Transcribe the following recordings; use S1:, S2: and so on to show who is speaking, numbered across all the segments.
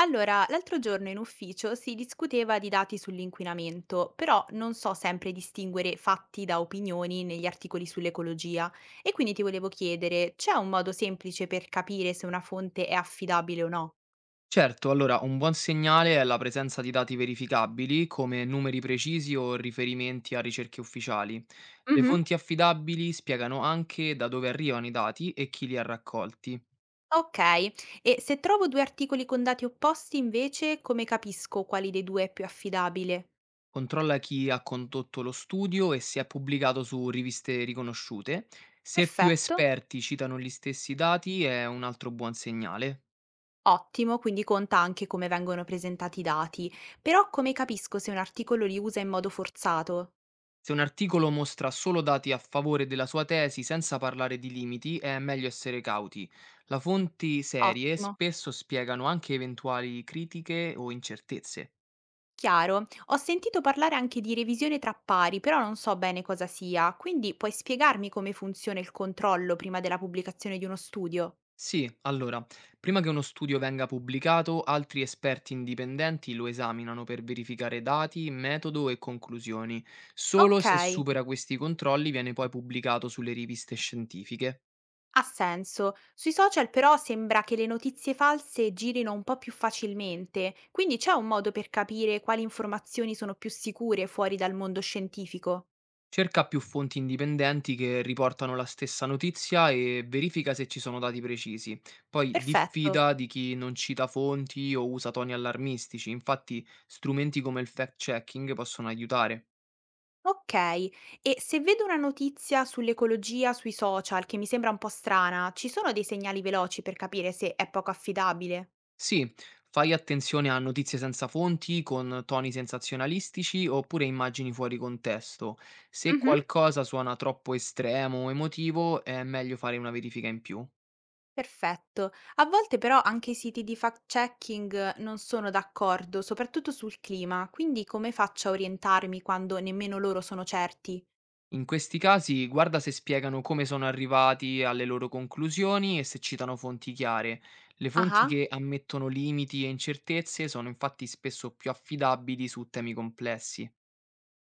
S1: Allora, l'altro giorno in ufficio si discuteva di dati sull'inquinamento, però non so sempre distinguere fatti da opinioni negli articoli sull'ecologia e quindi ti volevo chiedere, c'è un modo semplice per capire se una fonte è affidabile o no?
S2: Certo, allora un buon segnale è la presenza di dati verificabili come numeri precisi o riferimenti a ricerche ufficiali. Le
S1: Mhm.
S2: fonti affidabili spiegano anche da dove arrivano i dati e chi li ha raccolti.
S1: Ok, e se trovo due articoli con dati opposti invece, come capisco quali dei due è più affidabile?
S2: Controlla chi ha condotto lo studio e se è pubblicato su riviste riconosciute. Se più
S1: Perfetto.
S2: esperti citano gli stessi dati è un altro buon segnale.
S1: Ottimo, quindi conta anche come vengono presentati i dati, però come capisco se un articolo li usa in modo forzato?
S2: Se un articolo mostra solo dati a favore della sua tesi senza parlare di limiti, è meglio essere cauti. Le fonti serie
S1: Ottimo.
S2: spesso spiegano anche eventuali critiche o incertezze.
S1: Chiaro, ho sentito parlare anche di revisione tra pari, però non so bene cosa sia, quindi puoi spiegarmi come funziona il controllo prima della pubblicazione di uno studio?
S2: Sì, allora, prima che uno studio venga pubblicato, altri esperti indipendenti lo esaminano per verificare dati, metodo e conclusioni. Solo
S1: Ok,
S2: se supera questi controlli viene poi pubblicato sulle riviste scientifiche.
S1: ha senso. Sui social però sembra che le notizie false girino un po' più facilmente, quindi c'è un modo per capire quali informazioni sono più sicure fuori dal mondo scientifico.
S2: Cerca più fonti indipendenti che riportano la stessa notizia e verifica se ci sono dati precisi. Poi
S1: Perfetto.
S2: diffida di chi non cita fonti o usa toni allarmistici. Infatti, strumenti come il fact-checking possono aiutare.
S1: Okay. E se vedo una notizia sull'ecologia sui social che mi sembra un po' strana, ci sono dei segnali veloci per capire se è poco affidabile?
S2: Sì, fai attenzione a notizie senza fonti, con toni sensazionalistici oppure immagini fuori contesto. Se
S1: Mhm.
S2: qualcosa suona troppo estremo o emotivo, è meglio fare una verifica in più.
S1: Perfetto. A volte però anche i siti di fact-checking non sono d'accordo, soprattutto sul clima, quindi come faccio a orientarmi quando nemmeno loro sono certi?
S2: In questi casi, guarda se spiegano come sono arrivati alle loro conclusioni e se citano fonti chiare. Le fonti
S1: Ah,
S2: che ammettono limiti e incertezze sono infatti spesso più affidabili su temi complessi.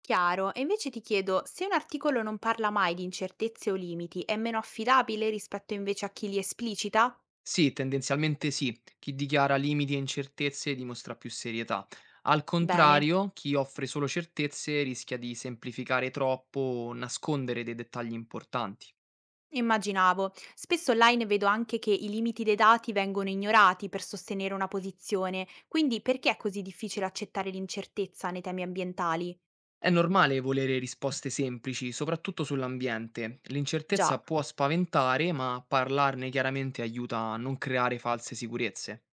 S1: chiaro. E invece ti chiedo, se un articolo non parla mai di incertezze o limiti, è meno affidabile rispetto invece a chi li esplicita?
S2: Sì, tendenzialmente sì, chi dichiara limiti e incertezze dimostra più serietà. Al
S1: Bene.
S2: contrario, chi offre solo certezze rischia di semplificare troppo o nascondere dei dettagli importanti.
S1: Immaginavo. Spesso online vedo anche che i limiti dei dati vengono ignorati per sostenere una posizione, quindi perché è così difficile accettare l'incertezza nei temi ambientali?
S2: È normale volere risposte semplici, soprattutto sull'ambiente.
S1: Già,
S2: L'incertezza può spaventare, ma parlarne chiaramente aiuta a non creare false sicurezze.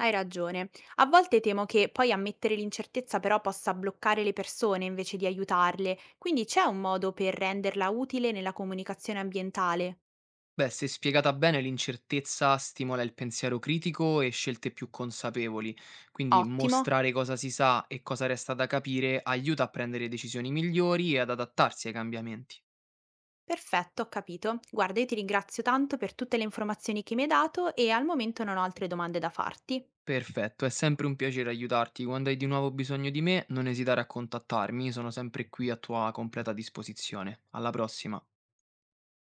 S1: hai ragione. A volte temo che poi ammettere l'incertezza però possa bloccare le persone invece di aiutarle, quindi c'è un modo per renderla utile nella comunicazione ambientale.
S2: Beh, se spiegata bene, l'incertezza stimola il pensiero critico e scelte più consapevoli, quindi
S1: Ottimo.
S2: mostrare cosa si sa e cosa resta da capire aiuta a prendere decisioni migliori e ad adattarsi ai cambiamenti.
S1: Perfetto, ho capito. Guarda, io ti ringrazio tanto per tutte le informazioni che mi hai dato e al momento non ho altre domande da farti.
S2: Perfetto, è sempre un piacere aiutarti. Quando hai di nuovo bisogno di me, non esitare a contattarmi, sono sempre qui a tua completa disposizione. Alla prossima.